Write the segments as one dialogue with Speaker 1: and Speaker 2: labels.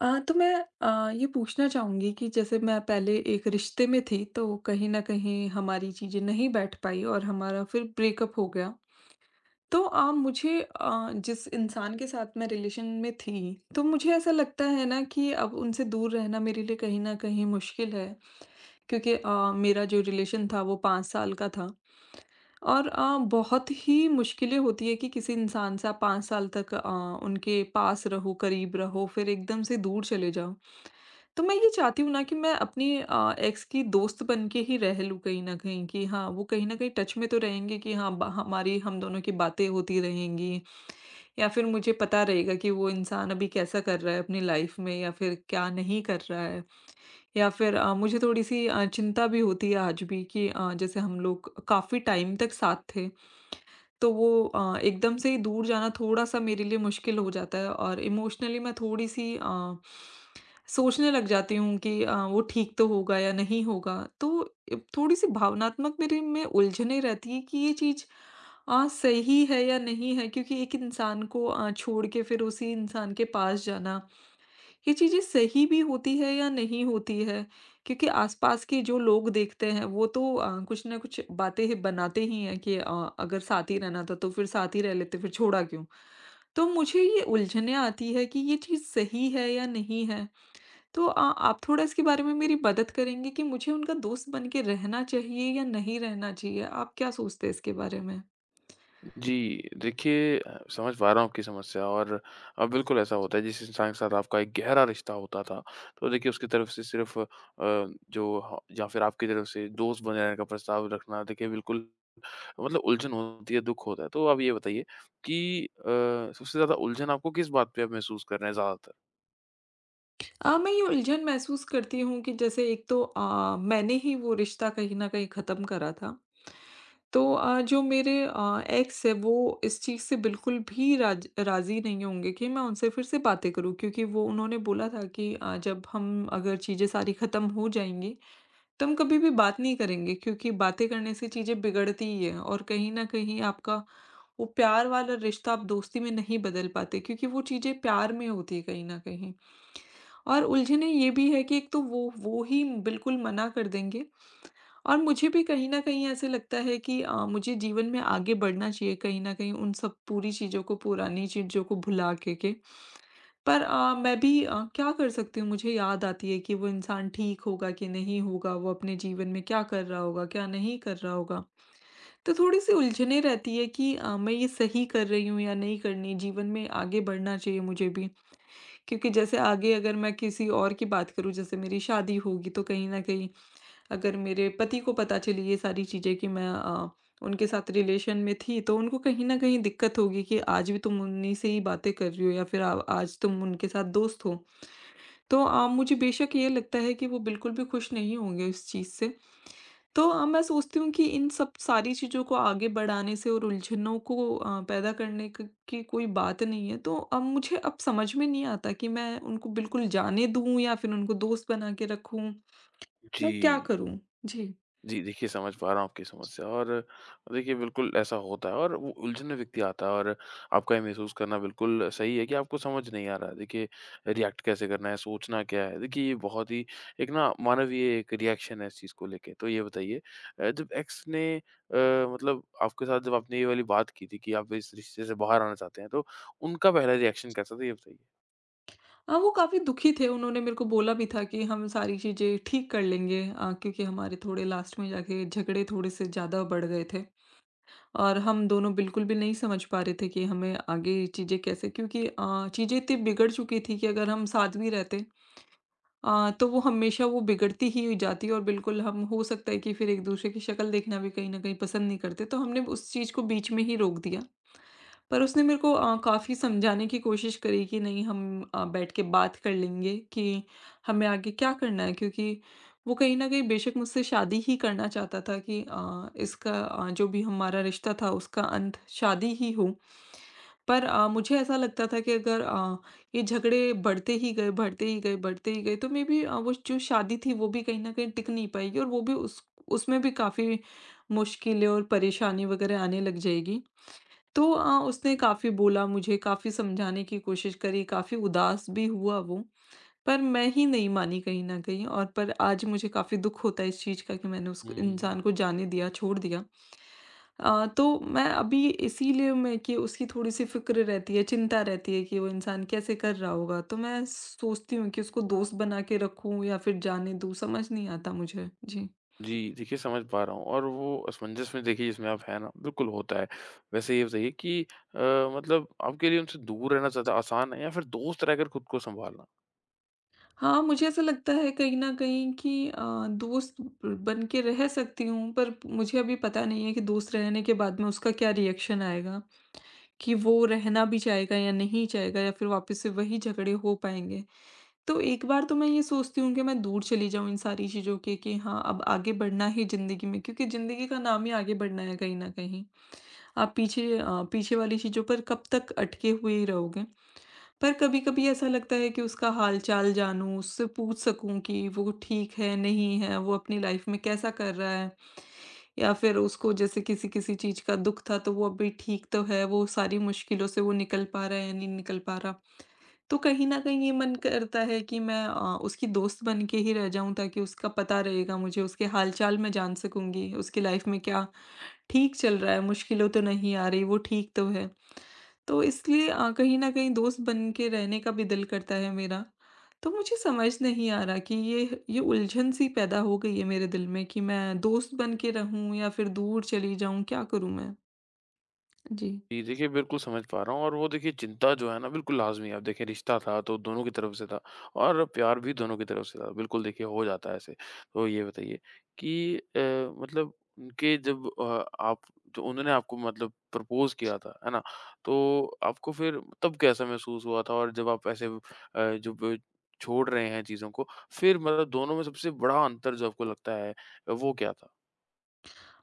Speaker 1: तो मैं ये पूछना चाहूँगी कि जैसे मैं पहले एक रिश्ते में थी, तो कहीं न कहीं हमारी चीज़ें नहीं बैठ पाई और हमारा फिर ब्रेकअप हो गया। तो मुझे जिस इंसान के साथ मैं रिलेशन में थी, तो मुझे ऐसा लगता है ना कि अब उनसे दूर रहना मेरे लिए कहीं न कहीं मुश्किल है क्योंकि मेरा जो रिलेशन था वो 5 साल का था और बहुत ही मुश्किलें होती है कि किसी इंसान से आप 5 साल तक उनके पास रहो, करीब रहो, फिर एकदम से दूर चले जाओ। तो मैं ये चाहती हूँ ना कि मैं अपनी एक्स की दोस्त बन के ही रह लूँ कहीं न कहीं कि हाँ, वो कहीं न कहीं टच में तो रहेंगे कि हाँ, ब हमारी हम दोनों की बातें होती रहेंगी या फिर मुझे पता रहेगा कि वो इंसान अभी कैसा कर रहा है अपनी लाइफ़ में या फिर क्या नहीं कर रहा है। या फिर मुझे थोड़ी-सी चिंता भी होती है आज भी कि जैसे हम लोग काफ़ी टाइम तक साथ थे। तो वो एकदम से ही दूर जाना थोड़ा-सा मेरे लिए मुश्किल हो जाता है और इमोशनली मैं थोड़ी-सी सोचने लग जाती हूँ कि वो ठीक तो होगा या नहीं होगा। तो थोड़ी-सी भावनात्मक मेरे में उलझने रहती है कि ये चीज़ सही है या नहीं है क्योंकि एक इंसान को छोड़ के फिर उसी इंसान के पास जाना ये चीज़ें सही भी होती है या नहीं होती है? क्योंकि आस-पास के जो लोग देखते हैं वो तो कुछ न कुछ बातें ही बनाते ही हैं कि अगर साथ ही रहना था तो फिर साथ ही रह लेते, फिर छोड़ा क्यों? तो मुझे ये उलझने आती है कि ये चीज़ सही है या नहीं है? तो आप थोड़ा इसके बारे में मेरी मदद करेंगे कि मुझे उनका दोस्त बन के रहना चाहिए या नहीं रहना चाहिए? आप क्या सोचते हैं इसके बारे में?
Speaker 2: जी, देखिए समझ पा रहा हूँ आपकी समस्या। और बिल्कुल ऐसा होता है। जिस इंसान के साथ आपका एक गहरा रिश्ता होता था, तो देखिए उसकी तरफ से सिर्फ़ अ, जो ह या फिर आपकी तरफ से दोस्त बने रहने का प्रस्ताव रखना, देखिए बिल्कुल मतलब उलझन होती है, दुःख होता है। तो आप ये बताइए कि सबसे ज़्यादा उलझन आपको किस बात पे आप महसूस कर रहे हैं ज़्यादातर?
Speaker 1: मैं ये उलझन महसूस करती हूँ कि जैसे एक तो मैंने ही वो रिश्ता कहीं न कहीं ख़त्म करा था। तो जो मेरे एक्स है वो इस चीज़ से बिल्कुल भी राज़ी नहीं होंगे कि मैं उनसे फिर से बातें करूँ क्योंकि वो उन्होंने बोला था कि जब हम अगर चीज़ें सारी ख़त्म हो जाएँगी, तो हम कभी भी बात नहीं करेंगे क्योंकि बातें करने से चीज़ें बिगड़ती ही हैं और कहीं न कहीं आपका वो प्यार वाला रिश्ता आप दोस्ती में नहीं बदल पाते क्योंकि वो चीज़ें प्यार में होती हैं कहीं न कहीं। और उलझने ये भी है कि एक तो वो ही बिल्कुल मना कर देंगे और मुझे भी कहीं न कहीं ऐसे लगता है कि मुझे जीवन में आगे बढ़ना चाहिए कहीं न कहीं उन सब पूरी चीज़ों को, पुरानी चीज़ों को भुला के। पर मैं भी क्या कर सकती हूँ? मुझे याद आती है कि वो इंसान ठीक होगा कि नहीं होगा, वो अपने जीवन में क्या कर रहा होगा, क्या नहीं कर रहा होगा। तो थोड़ी-सी उलझने रहती है कि मैं ये सही कर रही हूँ या नहीं करनी, जीवन में आगे बढ़ना चाहिए मुझे भी। क्योंकि जैसे आगे अगर मैं किसी और की बात करूँ, जैसे मेरी शादी होगी, तो कहीं न कहीं अगर मेरे पति को पता चली ये सारी चीज़ें कि मैं उनके साथ रिलेशन में थी, तो उनको कहीं न कहीं दिक्कत होगी कि आज भी तुम उन्हीं से ही बातें कर रही हो या फिर आ आज तुम उनके साथ दोस्त हो। तो मुझे बेशक ये लगता है कि वो बिल्कुल भी खुश नहीं होंगे इस चीज़ से। तो मैं सोचती हूँ कि इन सब सारी चीज़ों को आगे बढ़ाने से और उलझनों को पैदा करने क की कोई बात नहीं है। तो अब मुझे अब समझ में नहीं आता कि मैं उनको बिल्कुल जाने दूँ या फिर उनको दोस्त बना के रखूँ?
Speaker 2: जी।
Speaker 1: मैं क्या करूँ? जी।
Speaker 2: जी, देखिए समझ पा रहा हूँ आपकी समस्या। और देखिए बिल्कुल ऐसा होता है और वो उलझन में व्यक्ति आता है। और आपका ये महसूस करना बिल्कुल सही है कि आपको समझ नहीं आ रहा, देखिए, रिएक्ट कैसे करना है, सोचना क्या है। देखिए ये बहुत ही एक ना मानवीय एक रिएक्शन है इस चीज़ को लेके। तो ये बताइए, जब मतलब, आपके साथ जब आपने ये वाली बात की थी कि आप इस रिश्ते से बाहर आना चाहते हैं, तो उनका पहला रिएक्शन कैसा था, ये बताइए?
Speaker 1: हाँ, वो काफ़ी दुखी थे, उन्होंने मेरे को बोला भी था कि हम सारी चीज़ें ठीक कर लेंगे क्योंकि हमारे थोड़े लास्ट में जाके झगड़े थोड़े-से ज़्यादा बढ़ गए थे और हम दोनों बिल्कुल भी नहीं समझ पा रहे थे कि हमें आगे चीज़ें कैसे क्योंकि चीज़ें इतनी बिगड़ चुकी थी कि अगर हम साथ भी रहते तो वो हमेशा वो बिगड़ती ही जाती और बिल्कुल हम हो सकता है कि फिर एक-दूसरे की शक्ल देखना भी कहीं न कहीं पसंद नहीं करते, तो हमने उस चीज़ को बीच में ही रोक दिया। पर उसने मेरे को काफ़ी समझाने की कोशिश करी कि नहीं हम बैठ के बात कर लेंगे कि हमें आगे क्या करना है क्योंकि वो कहीं न कहीं बेशक मुझसे शादी ही करना चाहता था कि इसका जो भी हमारा रिश्ता था उसका अंत शादी ही हो। पर मुझे ऐसा लगता था कि अगर ये झगड़े बढ़ते ही गए, बढ़ते ही गए, बढ़ते ही गए तो मेबी वो जो शादी थी वो भी कहीं न कहीं टिक नहीं पाएगी और वो भी उस उसमें भी काफ़ी मुश्किलें और परेशानी वगैरह आने लग जाएगी। तो उसने काफ़ी बोला मुझे, काफ़ी समझाने की कोशिश करी, काफ़ी उदास भी हुआ वो, पर मैं ही नहीं मानी कहीं न कहीं और पर आज मुझे काफ़ी दुःख होता है इस चीज़ का कि मैंने उस
Speaker 2: हुँ।
Speaker 1: इंसान को जाने दिया, छोड़ दिया। तो मैं अभी इसीलिए मैं कि उसकी थोड़ी-सी फ़िक्र रहती है, चिंता रहती है कि वो इंसान कैसे कर रहा होगा, तो मैं सोचती हूँ कि उसको दोस्त बना के रखूँ या फिर जाने दूँ, समझ नहीं आता मुझे। जी।
Speaker 2: जी, देखिए समझ पा रहा हूँ और वो असमंजस में, देखिए, जिसमें आप हैं ना, बिल्कुल होता है। वैसे ये बताइए कि अ, मतलब, आपके लिए उनसे दूर रहना ज़्यादा आसान है या फिर दोस्त रहकर खुद को सँभालना?
Speaker 1: हाँ, मुझे ऐसा लगता है कहीं न कहीं कि दोस्त बन के रह सकती हूँ, पर मुझे अभी पता नहीं है कि दोस्त रहने के बाद में उसका क्या रिएक्शन आएगा, कि वो रहना भी चाहेगा या नहीं चाहेगा या फिर वापस से वही झगड़े हो पाएँगे। तो एक बार तो मैं ये सोचती हूँ कि मैं दूर चली जाऊँ इन सारी चीज़ों के कि हाँ, अब आगे बढ़ना ही ज़िंदगी में क्योंकि ज़िंदगी का नाम ही आगे बढ़ना है कहीं न कहीं। आप पीछे वाली चीज़ों पर कब तक अटके हुए ही रहोगे। पर कभी-कभी ऐसा लगता है कि उसका हाल-चाल जानूँ, उससे पूछ सकूँ कि वो ठीक है, नहीं है, वो अपनी लाइफ में कैसा कर रहा है। या फिर उसको जैसे किसी-किसी चीज़ का दुःख था तो वो अभी ठीक तो है, वो सारी मुश्किलों से वो निकल पा रहा है या नहीं निकल पा रहा। तो कहीं न कहीं ये मन करता है कि मैं उसकी दोस्त बन के ही रह जाऊँ ताकि उसका पता रहेगा मुझे, उसके हाल-चाल मैं जान सकूँगी, उसकी लाइफ में क्या ठीक चल रहा है, मुश्किलें तो नहीं आ रही, वो ठीक तो है। तो इसलिए कहीं न कहीं दोस्त बन के रहने का भी दिल करता है मेरा। तो मुझे समझ नहीं आ रहा कि ये उलझन-सी पैदा हो गई है मेरे दिल में कि मैं दोस्त बन के रहूँ या फिर दूर चली जाऊँ, क्या करूँ मैं? जी।
Speaker 2: जी, देखिए बिल्कुल समझ पा रहा हूँ और वो देखिए चिंता जो है ना, बिल्कुल लाज़मी है। अब देखिए, रिश्ता था तो दोनों की तरफ से था और प्यार भी दोनों की तरफ से था। बिल्कुल देखिए हो जाता है ऐसे। तो ये बताइए कि मतलब, उनके जब अ, आप जो उन्होंने आपको मतलब प्रपोज़ किया था, है ना? तो आपको फिर तब कैसा महसूस हुआ था, और जब आप ऐसे अ, जब छोड़ रहे हैं चीज़ों को, फिर मतलब दोनों में सबसे बड़ा अंतर जो आपको लगता है, वो क्या था?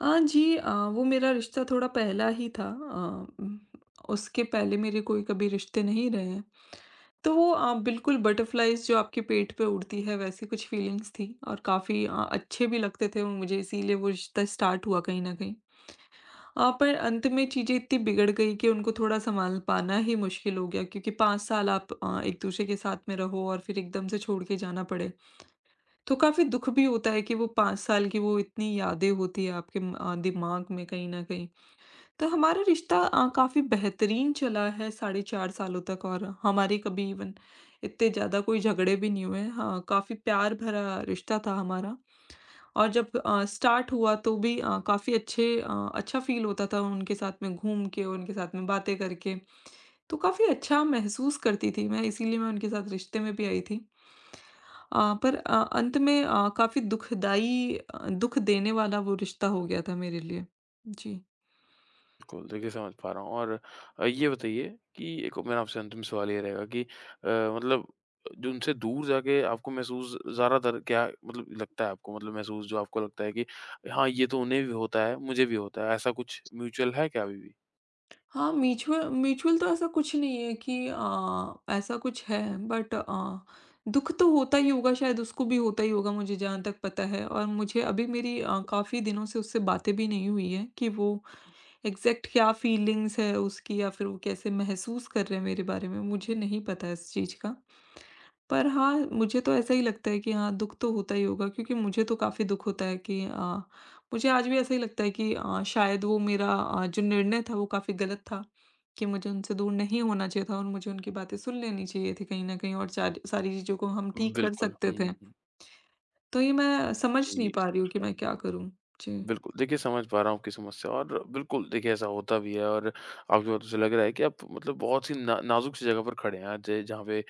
Speaker 1: जी वो मेरा रिश्ता थोड़ा पहला ही था, उसके पहले मेरे कोई कभी रिश्ते नहीं रहे हैं। तो वो बिल्कुल बटरफ्लाइज़ जो आपके पेट पे उड़ती है वैसी कुछ फीलिंग्स थी और काफ़ी अच्छे भी लगते थे वो मुझे इसीलिए वो रिश्ता स्टार्ट हुआ कहीं न कहीं। पर अंत में चीज़ें इतनी बिगड़ गई कि उनको थोड़ा सँभाल पाना ही मुश्किल हो गया क्योंकि 5 साल आप एक-दूसरे के साथ में रहो और फिर एकदम से छोड़ के जाना पड़े। तो काफ़ी दुःख भी होता है कि वो 5 साल की वो इतनी यादें होती है आपके दिमाग में कहीं न कहीं। तो हमारा रिश्ता काफ़ी बेहतरीन चला है साढ़े 4 सालों तक और हमारे कभी इवन इतने ज़्यादा कोई झगड़े भी नहीं हुए। हाँ, काफ़ी प्यार भरा रिश्ता था हमारा और जब स्टार्ट हुआ तो भी काफ़ी अच्छा फ़ील होता था उनके साथ में घूम के, उनके साथ में बातें करके। तो काफ़ी अच्छा महसूस करती थी मैं, इसीलिए मैं उनके साथ रिश्ते में भी आई थी। पर अंत में काफ़ी दुःख देने वाला वो रिश्ता हो गया था मेरे लिए। जी।
Speaker 2: बिल्कुल, देखिए समझ पा रहा हूँ। और ये बताइए कि एक मेरा आपसे अंतिम सवाल ये रहेगा कि मतलब, जो उनसे दूर जाके आपको महसूस ज़्यादातर क्या मतलब लगता है आपको? मतलब महसूस जो आपको लगता है कि, हाँ, ये तो उन्हें भी होता है, मुझे भी होता है, ऐसा कुछ म्यूचुअल है क्या अभी भी?
Speaker 1: हाँ, म्यूचुअल म्यूचुअल तो ऐसा कुछ नहीं है कि ऐसा कुछ है बट दुःख तो होता ही होगा शायद उसको भी होता ही होगा मुझे जहाँ तक पता है और मुझे अभी मेरी काफ़ी दिनों से उससे बातें भी नहीं हुई है कि वो एग्ज़ैक्ट क्या फीलिंग्स है उसकी या फिर वो कैसे महसूस कर रहे हैं मेरे बारे में, मुझे नहीं पता इस चीज़ का। पर हाँ, मुझे तो ऐसा ही लगता है कि हाँ, दुःख तो होता ही होगा क्योंकि मुझे तो काफ़ी दुःख होता है कि मुझे आज भी ऐसा ही लगता है कि शायद वो मेरा जो निर्णय था वो काफ़ी गलत था, कि मुझे उनसे दूर नहीं होना चाहिए था और मुझे उनकी बातें सुन लेनी चाहिए थी कहीं न कहीं और सारी सारी चीज़ों को हम ठीक कर
Speaker 2: बिल्कुल। हुँ,
Speaker 1: सकते थे।
Speaker 2: हुँ, हुँ।
Speaker 1: तो ये मैं समझ नहीं
Speaker 2: जी,
Speaker 1: पा रही
Speaker 2: समझ
Speaker 1: हूँ कि
Speaker 2: पा
Speaker 1: मैं क्या करूँ? जी।
Speaker 2: बिल्कुल, देखिए समझ पा रहा हूँ आपकी समस्या। और बिल्कुल देखिए ऐसा होता भी है। और आपकी बातों से लग रहा है कि आप मतलब बहुत-सी ना नाज़ुक सी जगह पर खड़े हैं आज, जहाँ पे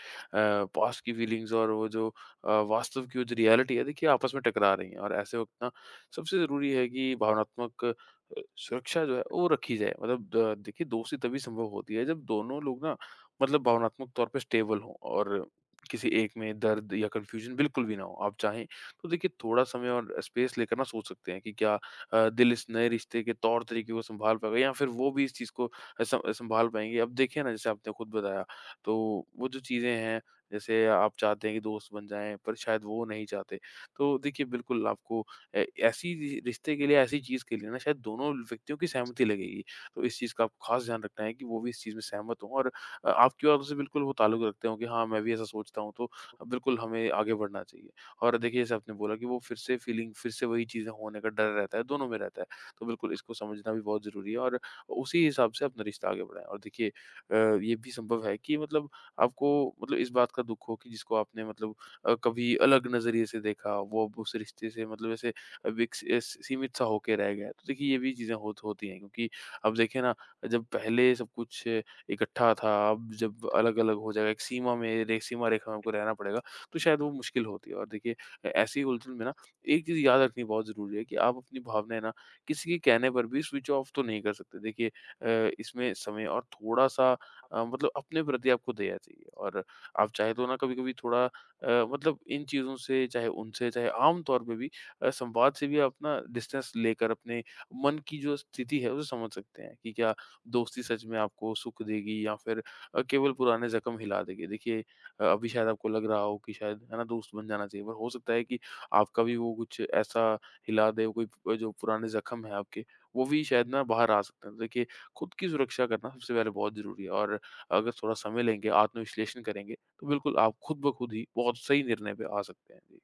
Speaker 2: पास्ट की फीलिंग्स और वो जो वास्तव की वो जो रियलिटी है, देखिए, आपस में टकरा रही हैं। और ऐसे वक़्त ना सबसे ज़रूरी है कि भावनात्मक सुरक्षा जो है वो रखी जाए। मतलब द देखिए, दोस्ती तभी संभव होती है जब दोनों लोग ना, मतलब, भावनात्मक तौर पे स्टेबल हों और किसी एक में दर्द या कन्फ्यूज़न बिल्कुल भी ना हो। आप चाहें तो देखिए थोड़ा समय और स्पेस लेकर ना सोच सकते हैं कि क्या दिल इस नए रिश्ते के तौर तरीके को संभाल पाएगा, या फिर वो भी इस चीज़ को अ, सं संभाल पाएँगे। अब देखिए ना, जैसे आपने खुद बताया, तो वो जो चीज़ें हैं, जैसे आप चाहते हैं कि दोस्त बन जाएँ पर शायद वो नहीं चाहते। तो देखिए, बिल्कुल आपको ए ऐसी रि रिश्ते के लिए, ऐसी चीज़ के लिए ना शायद दोनों व्यक्तियों की सहमति लगेगी। तो इस चीज़ का आपको ख़ास ध्यान रखना है कि वो भी इस चीज़ में सहमत हों और आपकी बातों से बिल्कुल वो ताल्लुक रखते हों कि, हाँ, मैं भी ऐसा सोचता हूँ, तो बिल्कुल हमें आगे बढ़ना चाहिए। और देखिए जैसे आपने बोला कि वो फिर से फीलिंग, फिर से वही चीज़ें होने का डर रहता है, दोनों में रहता है। तो बिल्कुल इसको समझना भी बहुत ज़रूरी है और उसी हिसाब से अपना रिश्ता आगे बढ़ाएँ। और देखिए ये भी संभव है कि, मतलब, आपको मतलब इस बात का दुःख हो कि जिसको आपने मतलब कभी अलग नज़रिए से देखा, वो अब उस रिश्ते से मतलब ऐसे सीमित सा होके रह गया है। तो देखिए ये भी चीज़ें होती हैं, क्योंकि अब देखिए ना, जब पहले सब कुछ इकट्ठा था, अब जब अलग-अलग हो जाएगा, एक सीमा में रे सीमा रेखा में आपको रहना पड़ेगा। तो शायद वो मुश्किल होती है। और देखिए ऐसी उलझन में ना, एक चीज़ याद रखनी बहुत ज़रूरी है कि आप अपनी भावनाएँ ना किसी के कहने पर भी स्विच ऑफ तो नहीं कर सकते। देखिए इसमें समय और थोड़ा-सा मतलब, अपने प्रति आपको दया चाहिए। और आप चाहे तो ना कभी-कभी थोड़ा मतलब, इन चीज़ों से, चाहे उनसे, चाहे आम तौर पे भी संवाद से भी आप ना डिस्टेंस लेकर अपने मन की जो स्थिति है, उसे समझ सकते हैं कि क्या दोस्ती सच में आपको सुख देगी या फिर केवल पुराने ज़ख्म हिला देगी। देखिए अभी शायद आपको लग रहा हो कि शायद है ना दोस्त बन जाना चाहिए, पर हो सकता है कि आपका भी वो कुछ ऐसा हिला दे, कोई जो पुराने जख्म है आपके, वो भी शायद ना बाहर आ सकते हैं। तो देखिए, खुद की सुरक्षा करना सबसे पहले बहुत जरूरी है। और अगर थोड़ा समय लेंगे, आत्मविश्लेषण करेंगे, तो बिल्कुल आप खुद ब खुद ही बहुत सही निर्णय पे आ सकते हैं जी।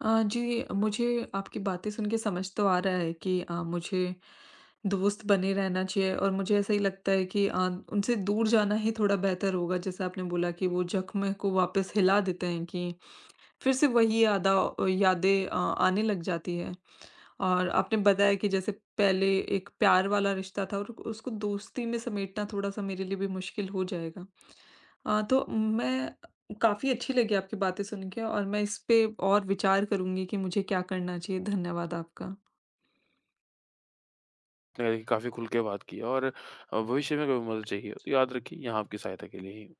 Speaker 1: जी, मुझे आपकी बातें सुन के समझ तो आ रहा है कि मुझे दोस्त बने रहना चाहिए और मुझे ऐसा ही लगता है कि उनसे दूर जाना ही थोड़ा बेहतर होगा। जैसे आपने बोला कि वो ज़ख्म को वापस हिला देते हैं कि फिर से वही यादें आने लग जाती है। और आपने बताया कि जैसे पहले एक प्यार वाला रिश्ता था और उसको दोस्ती में समेटना थोड़ा-सा मेरे लिए भी मुश्किल हो जाएगा। तो मैं काफ़ी अच्छी लगी आपकी बातें सुन के और मैं इस पे और विचार करूँगी कि मुझे क्या करना चाहिए। धन्यवाद आपका।
Speaker 2: मैंने देखिए काफी खुल के बात की है। और भविष्य में कभी मदद चाहिए हो तो याद रखिए, यहाँ आपकी सहायता के लिए ही हूँ।